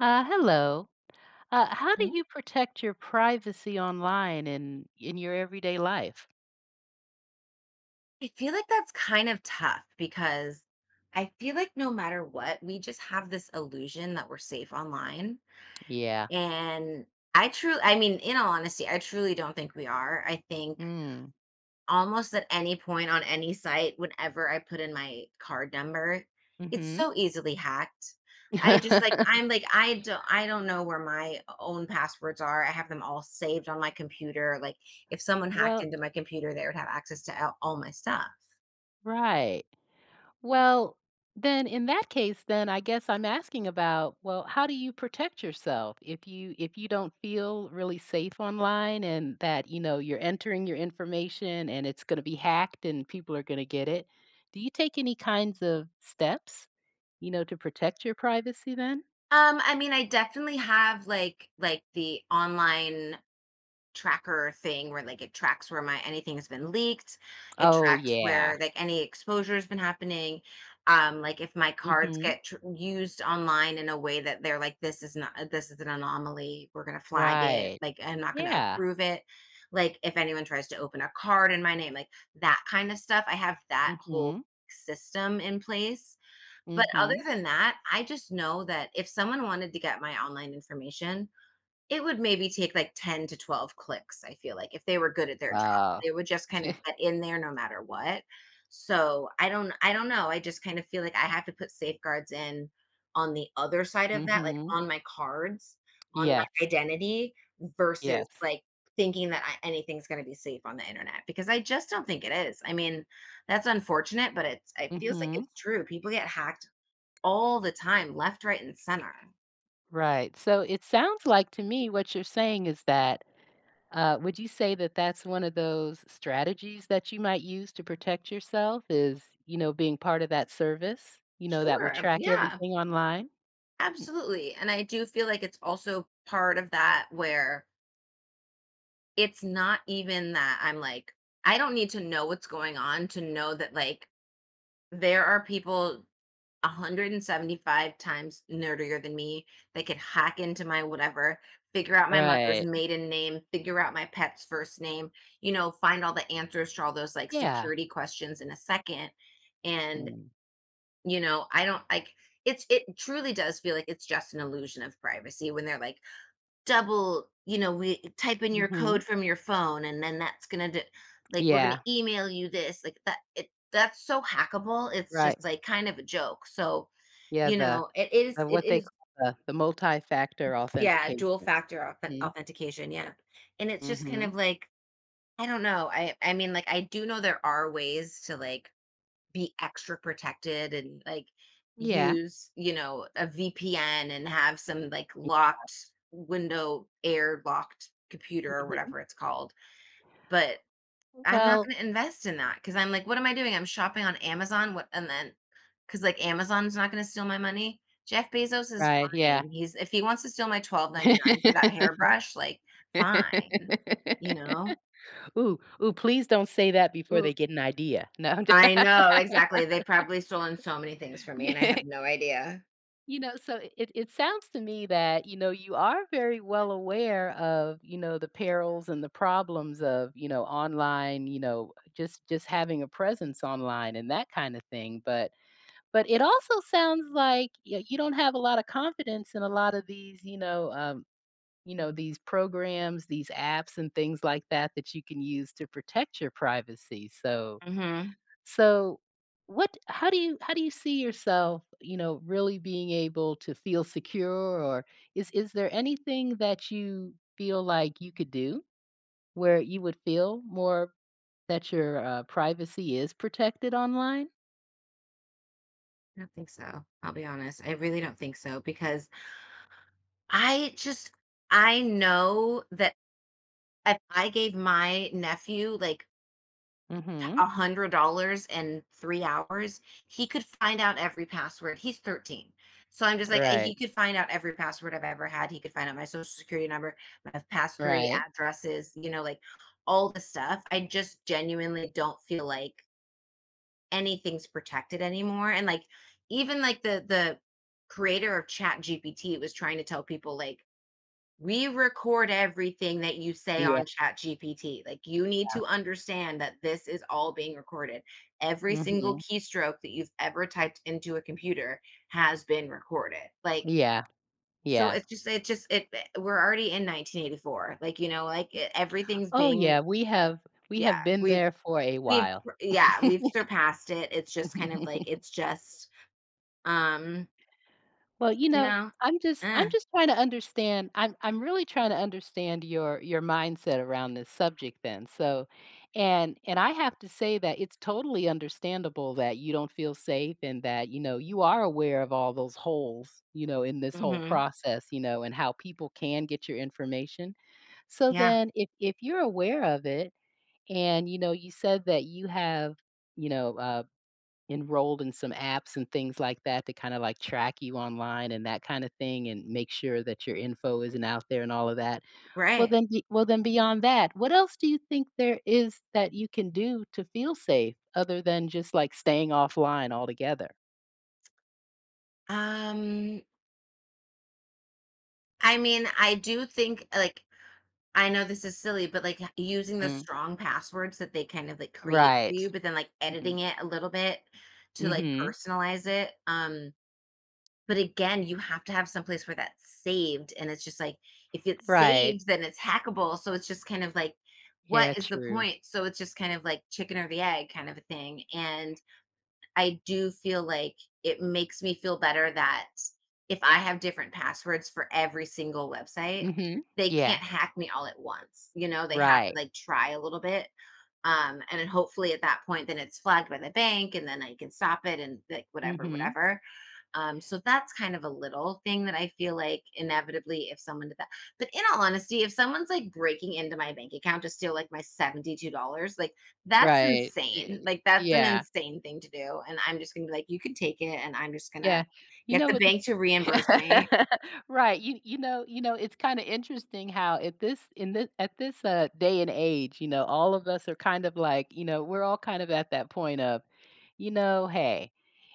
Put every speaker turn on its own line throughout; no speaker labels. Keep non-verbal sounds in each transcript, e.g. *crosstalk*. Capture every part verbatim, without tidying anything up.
Uh, hello. Uh, how do
Yeah,
you protect your privacy online and in your everyday life?
I feel like that's kind of tough because I feel like no matter what, we just have this illusion that we're safe online.
Yeah.
And I truly, I mean, in all honesty, I truly don't think we are. I think
Mm.
almost at any point on any site, whenever I put in my card number, it's
Hmm.
so easily hacked. I just like
*laughs*
I'm like I don't I don't know where my own passwords are. I have them all saved on my computer. Like if someone hacked
Well,
into my computer, they would have access to all all my stuff.
right. Well, then in that case, then I guess I'm asking about, well, how do you protect yourself if you if you don't feel really safe online and that, you know, you're entering your information and it's going to be hacked and people are going to get it? Do you take any kinds of steps, you know, to protect your privacy then?
Um, I mean, I definitely have like like the online tracker thing where like it tracks where my anything has been leaked. It
Oh,
tracks
yeah.
where like any exposure has been happening. Um, like if my cards
Mhm.
get tr- used online in a way that they're like, this is not uh, this is an anomaly. We're gonna flag it.
Right.
Like I'm not gonna
Yeah.
approve it. Like if anyone tries to open a card in my name, like that kind of stuff. I have that whole
Mhm.
system in place, but other
Mhm.
than that, I just know that if someone wanted to get my online information, it would maybe take like ten to twelve clicks, I feel like, if they were good at their job.
Oh.
They would just kind of
*laughs*
get in there no matter what. So I don't I don't know. I just kind of feel like I have to put safeguards in on the other side of that, like
Mhm.
on my cards, on my
Yes.
identity, versus
Yes.
like thinking that I, anything's going to be safe on the internet because I just don't think it is. I mean, that's unfortunate, but it's it feels like
Mhm.
it's true. People get hacked all the time, left, right, and center.
Right. So it sounds like to me what you're saying is that, uh, would you say that that's one of those strategies that you might use to protect yourself is, you know, being part of that service, you know, that will
Sure.
track
Yeah,
everything online? Hmm.
absolutely. And I do feel like it's also part of that where it's not even that I'm like, I don't need to know what's going on to know that like there are people one hundred seventy-five times nerdier than me that could hack into my whatever, figure out my mother's
Right.
maiden name, figure out my pet's first name, you know, find all the answers to all those like
Yeah.
security questions in a second. And
Mm.
you know, I don't like it's it truly does feel like it's just an illusion of privacy when they're like, double, you know, we type in your code
Mhm.
from your phone and then that's gonna do like we're gonna
Yeah.
email you this, like that it that's so hackable. It's
Right.
just like kind of a joke. So,
Yeah,
you
the
know, it is
of
it
what they
is
call the the multi-factor
yeah,
authentication.
dual factor auth-
Mhm,
authentication, yeah. And it's just kind
mhm.
of like, I don't know. I I mean like I do know there are ways to like be extra protected and like
Yeah.
use you know a vpn and have some like locked window air locked computer or
Mhm.
whatever it's called, but I'm not
Well,
going to invest in that because I'm like what am I doing, I'm shopping on amazon, what, and then because like amazon's not going to steal my money, jeff bezos is
right, yeah.
fine, he's if he wants to steal my twelve ninety-nine for that hairbrush, like fine, you know.
*laughs* Ooh, ooh, please don't say that before they
L-
get an idea. No, I'm j— *laughs*
I know, exactly, they've probably stolen so many things from me and I
Yeah,
have no idea.
you know, so it it sounds to me that, you know, you are very well aware of, you know, the perils and the problems of, you know, online, you know, just just having a presence online and that kinda thing, but But it also sounds like y you don't have a lot of confidence in a lot of these, you know, um, you know, these programs, these apps and things like that that you can use to protect your privacy. So
Mhm.
so what how do you how do you see yourself, you know, really being able to feel secure, or is is there anything that you feel like you could do where you would feel more that your, uh, privacy is protected online?
I don't think so. I'll be honest. I really don't think so because I just I know that if I gave my nephew like
Mhm.
a hundred dollars in three hours, he could find out every password. He's thirteen. So I'm just like, I-
Right,
he could find out every password I've ever had. He could find out my social security number, my past three
right.
addresses, you know, like all the stuff. I just genuinely don't feel like anything's protected anymore, and like even like the the creator of chat gpt was trying to tell people like we record everything that you say
Yeah.
on chat gpt, like you need to understand that this is all being recorded, every single
Mhm.
keystroke that you've ever typed into a computer has been recorded, like
Yeah,
so
yeah.
it's just it's just it eh, we're already in nineteen eighty-four, like you know, like e- everything's
Oh,
being
yeah, we have, we
yeah
have been
we've
there for a
we've
while.
yeah we've surpassed it. It's just kind of like
*laughs*
it's just um,
Well, you
you
know,
know?
I'm just
Uh,
I'm just trying to understand, I'm I'm really trying to understand your your mindset around this subject then. So, and and I have to say that it's totally understandable that you don't feel safe and that, you know, you are aware of all those holes, you know, in this whole
mhm.
process, you know, and how people can get your information. So
Yeah,
then if if you're aware of it, and you know, you said that you have, you know, uh enrolled in some apps and things like that to kinda, like, track you online and that kinda thing and make sure that your info isn't out there and all of that. Well,
right.
then be well, then beyond that, what else do you think there is that you can do to feel safe other than just, like, staying offline altogether?
Um, I mean, I do think, like I know this is silly, but, like, using the
Mm.
strong passwords that they kind of, like, create for
Right.
you, but then, like, editing
Mhm.
it a little bit to, like,
Mhm.
personalize it, um, but again, you have to have someplace where that's saved, and it's just like, if it's
Right.
saved, then it's hackable, so it's just kind of like,
Yeah,
what is the
true.
point? So it's just kind of like chicken or the egg kind of a thing, and I do feel like it makes me feel better that if I have different passwords for every single website,
Mhm.
they
Yeah.
can't hack me all at once. You know, they have
Right.
to like try a little bit. Um, and then hopefully at that point, then it's flagged by the bank and then I can stop it and like whatever,
Mhm.
whatever. Um, so that's kind of a little thing that I feel like inevitably, if someone did that, but in all honesty, if someone's like breaking into my bank account to steal like my seventy-two dollars like that's
Right.
insane.
Eh,
Like that's an
yeah.
insane thing to do. And I'm just gonna be like, you can take it, and I'm just gonna
Yeah. You
get
know
the
what's—
bank to reimburse me.
*laughs* Right. You you know you know, it's kinda interesting how at this in this at this, uh, day and age, you know, all of us are kind of like, you know, we're all kind of at that point of, you know, "Hey,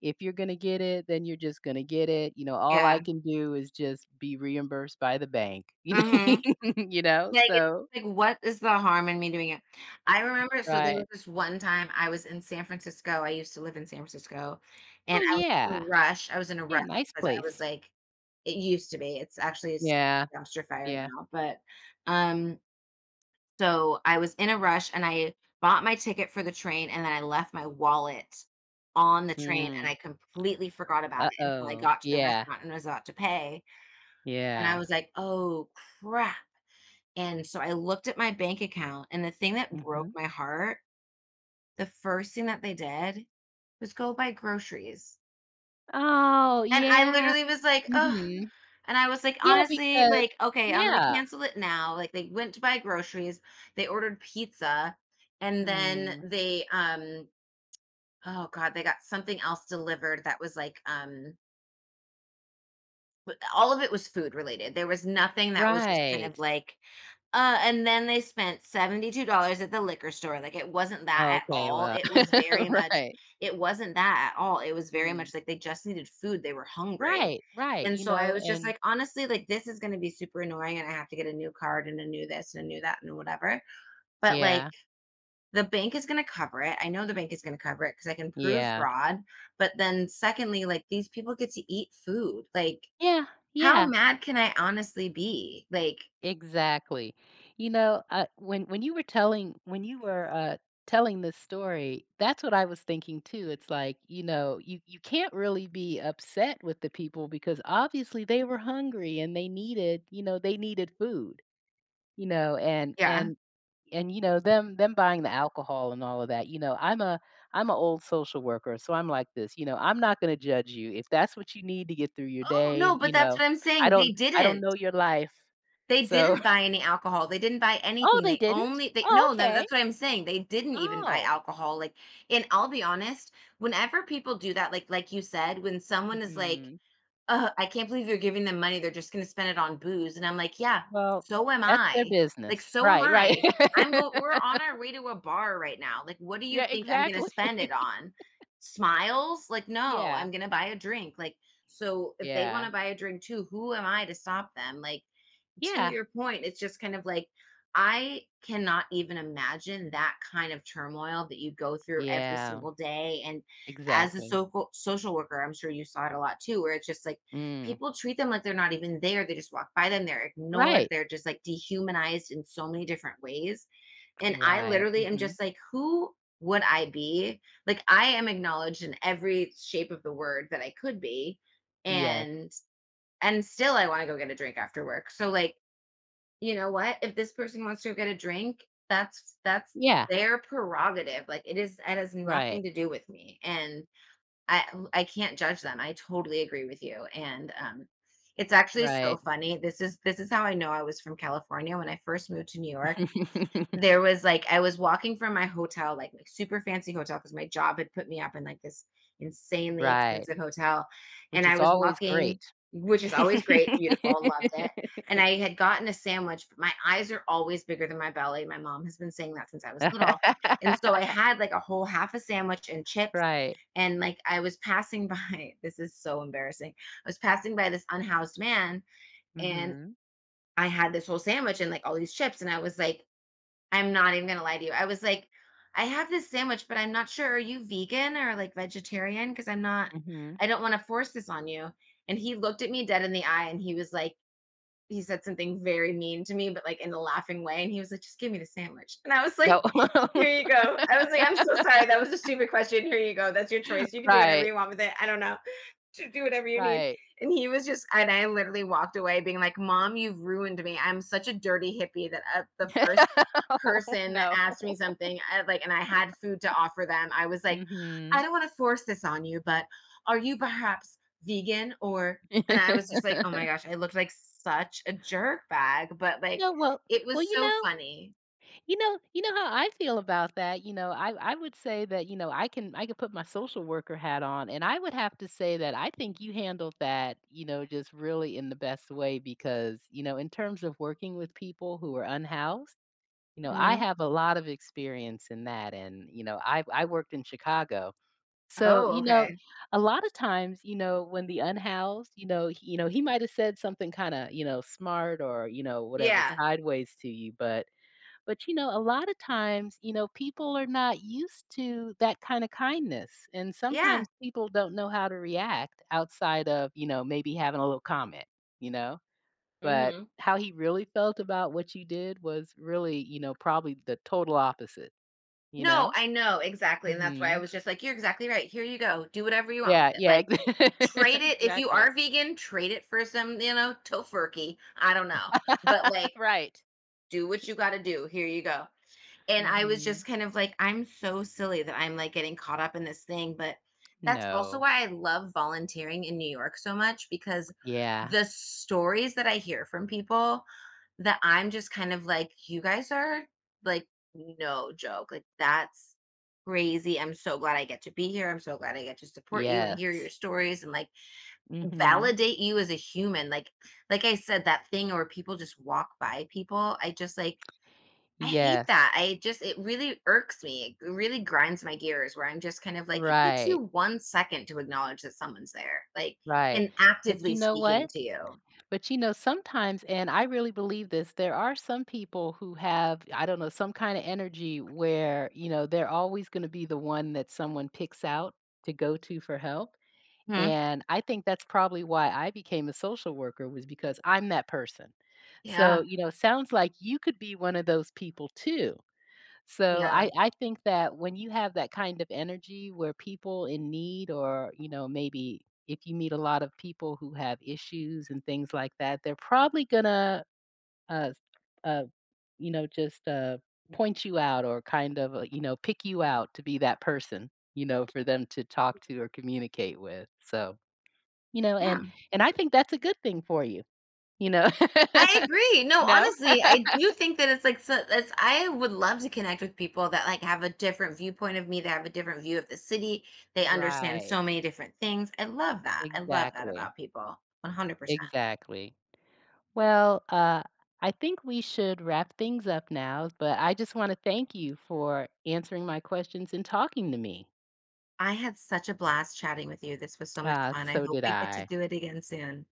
if you're gonna get it, then you're just gonna get it." You know, "All
Yeah.
I can do is just be reimbursed by the bank." *laughs* You
Hmm.
know? You know?
Like, it's
So
like, what is the harm in me doing it? I remember, so there
right.
was this one time I was in San Francisco. I used to live in San Francisco,
Oh,
and I was in
yeah.
a rush. I was in a
Yeah,
rush
nice
because I was
place.
like, it used to be. It's actually a s-
Yeah.
dumpster fire
Yeah.
now, but um, so I was in a rush and I bought my ticket for the train, and then I left my wallet on the train,
Mm.
and I completely forgot about it until I
Uh-oh.
got to the
Yeah.
restaurant and was about to pay, and I
Yeah.
was like, oh crap. And so I looked at my bank account, and the thing that broke
Mhm.
my heart, the first thing that they did was go buy groceries.
Oh,
And I
yeah.
literally was like, oh,
Mhm.
and I was like,
Yeah,
honestly,
because
like, okay, I'm going to
yeah.
cancel it now. Like, they went to buy groceries, they ordered pizza, and then
Mm,
they, um, oh God, they got something else delivered that was like, um, but all of it was food related. There was nothing that was just kind of
right.
like, uh, and then they spent seventy-two dollars at the liquor store. Like it wasn't that at
Okay,
all.
well,
It was
*laughs*
very much,
right.
it wasn't that at all. It was very
Mm.
much like they just needed food. They were hungry.
Right, right,
And
you
so I
know,
was just
and
like, honestly, like this is going to be super annoying and I have to get a new card and a new this and a new that and whatever. But like
yeah,
the bank is going to cover it. I know the bank is going to cover it because I can prove
yeah.
fraud. But then secondly, like these people get to eat food. Like
Yeah,
how
yeah,
mad can I honestly be? Like
exactly. You know, uh, when when you were telling when you were, uh, telling this story, that's what I was thinking too. It's like, you know, you you can't really be upset with the people because obviously they were hungry and they needed, you know, they needed food. You know, and
yeah.
and and, you know, them them buying the alcohol and all of that, you know, I'm a I'm a old social worker, so I'm like this, you know, I'm not gonna judge you. If that's what you need to get through your
Oh,
day,
no, but
you
that's
know,
what I'm
I
saying, they
don't I don't
didn't.
know your life.
They
So,
didn't buy
*laughs*
any alcohol, they didn't buy
oh,
anything,
they
they
didn't?
only they
Oh,
no, no,
okay.
that's what I'm saying, they didn't even buy
Oh.
alcohol, like and I'll be honest, whenever people do that, like like you said, when someone is like
Mhm.
"Ugh, I can't believe you're giving them money, they're just gonna spend it on booze," and I'm like, "Yeah,
Well,
so am
that's their
I. Like,
business.
so am
Right, right.
I. I'm go
*laughs*
We're on our way to a bar right now, like, what do you
Yeah,
think I'm gonna
exactly.
spend it
*laughs*
on? Smiles? Like, no,
Yeah,
I'm gonna buy a drink," like, so if they
yeah,
wanna buy a drink too, who am I to stop them? Like, to
yeah,
your point, it's just kind of like I cannot even imagine that kind of turmoil that you go through every
yeah,
single day. And as a
exactly.
social social worker, I'm sure you saw it a lot too, where it's just like
Mm,
people treat them like they're not even there. They just walk by them, they're ignored,
right,
they're just like dehumanized in so many different ways. And I
right,
literally am
mhm,
just like, who would I be? Like I am acknowledged in every shape of the word that I could be.
yeah.
And and still I want to go get a drink after work. So like you know what? If this person wants to get a drink, that's that's
Yeah,
their prerogative. Like it is, it has nothing
right,
to do with me, and I I can't judge them. I totally agree with you, and um, it's actually so
right.
funny. This is this is how I know I was from California. When I first moved to New
*laughs*
York, there was like I was walking from my hotel, like my super fancy hotel, because my job had put me up in like this insanely
Right,
expensive hotel. And
which
I
is
was
always
walking,
great.
which is
*laughs*
always great, beautiful, loved it. And I had gotten a sandwich, but my eyes are always bigger than my belly. My mom has been saying that since I was little. And so I had like a whole half a sandwich and chips.
Right,
And like I was passing by, *laughs* this is so embarrassing. I was passing by this unhoused man, and
mhm,
I had this whole sandwich and like all these chips. And I was like, I'm not even gonna lie to you. I was like, I have this sandwich, but I'm not sure. Are you vegan or like vegetarian? Because I'm not,
mhm.
I don't want to force this on you. And he looked at me dead in the eye and he was like, he said something very mean to me, but like in a laughing way. And he was like, just give me the sandwich. And I was like,
Oh,
here
*laughs*
you go. I was like, I'm so sorry. That was a stupid question. Here you go. That's your choice. You can do whatever
right,
you want with it. I don't know, to do whatever you need.
right.
And he was just, and I literally walked away being like, Mom, you've ruined me. I'm such a dirty hippie that uh, the first
*laughs* Oh,
person that
no.
asked me something, I, like, and I had food to offer them, I was like, I
Mhm.
don't want to force this on you, but are you perhaps vegan or, and I was just like, oh my
*laughs*
gosh, I looked like such a jerk bag, but like,
No, well
it
well,
was
you
so
know,
funny.
You know you know how I feel about that, you know, I I would say that, you know, I can I could put my social worker hat on, and I would have to say that I think you handled that, you know, just really in the best way because, you know, in terms of working with people who are unhoused, you know, I
Hmm.
have a lot of experience in that, and, you know, I I worked in Chicago. So,
Oh,
you know,
okay.
a lot of times, you know, when the unhoused, you know, he, you know, he might have said something kinda, you know, smart or, you know, whatever
Yeah.
sideways to you, but but, you know, a lot of times, you know, people are not used to that kind of kindness, and
Yeah.
sometimes people don't know how to react outside of, you know, maybe having a little comment, you know? But
Hmm.
how he really felt about what you did was really, you know, probably the total opposite, you
No,
know?
I know, exactly, and that's why I
Mhm.
was just like, "You're exactly right, here you go, do whatever you want with
Yeah,
it,"
yeah,
like,
ex—
trade
*laughs*
it if you
exactly.
are vegan, trade it for some, you know, tofurkey, I don't know, but,
*laughs*
like,
Right.
do what you gotta do, here you go. And I was
Mhm.
just kind of like, I'm so silly that I'm like getting caught up in this thing. But that's also
No.
why I love volunteering in New York so much, because
Yeah.
the stories that I hear from people, that I'm just kind of like, you guys are like, no joke. Like, that's crazy. I'm so glad I get to be here. I'm so glad I get to support you and hear your
Yes.
stories and like
Mhm.
validate you as a human. Like, like I said, that thing where people just walk by people, I just like, I hate
Yes.
that. I just, it really irks me. It really grinds my gears, where I'm just kind of like, it takes
Right,
you one second to acknowledge that someone's there, like,
right.
and
But you
actively
know
speaking
what?
to you.
But, you know, sometimes, and I really believe this, there are some people who have, I don't know, some kind of energy where, you know, they're always going to be the one that someone picks out to go to for help.
Mhm.
And I think that's probably why I became a social worker was because I'm that person.
Yeah.
So, you know, sounds like you could be one of those people too. So
Yeah.
I I think that when you have that kind of energy where people in need or, you know, maybe if you meet a lot of people who have issues and things like that, they're probably gonna, uh, uh, you know, just, uh, point you out or kind of, uh, you know, pick you out to be that person, you know, for them to talk to or communicate with. So, you know,
Yeah.
and and I think that's a good thing for you, you know?
I
*laughs*
agree. No,
You know?
honestly, I do think that it's like, so that's, I would love to connect with people that like have a different viewpoint of me, that have a different view of the city. They understand
Right.
so many different things. I love that. I love that
Exactly.
about people. one hundred percent.
Exactly. Well, uh, I think we should wrap things up now, but I just want to thank you for answering my questions and talking to me.
I had such a blast chatting with you. This was so much
Uh,
fun. I
so
hope
did
we get to
I.
do it again soon.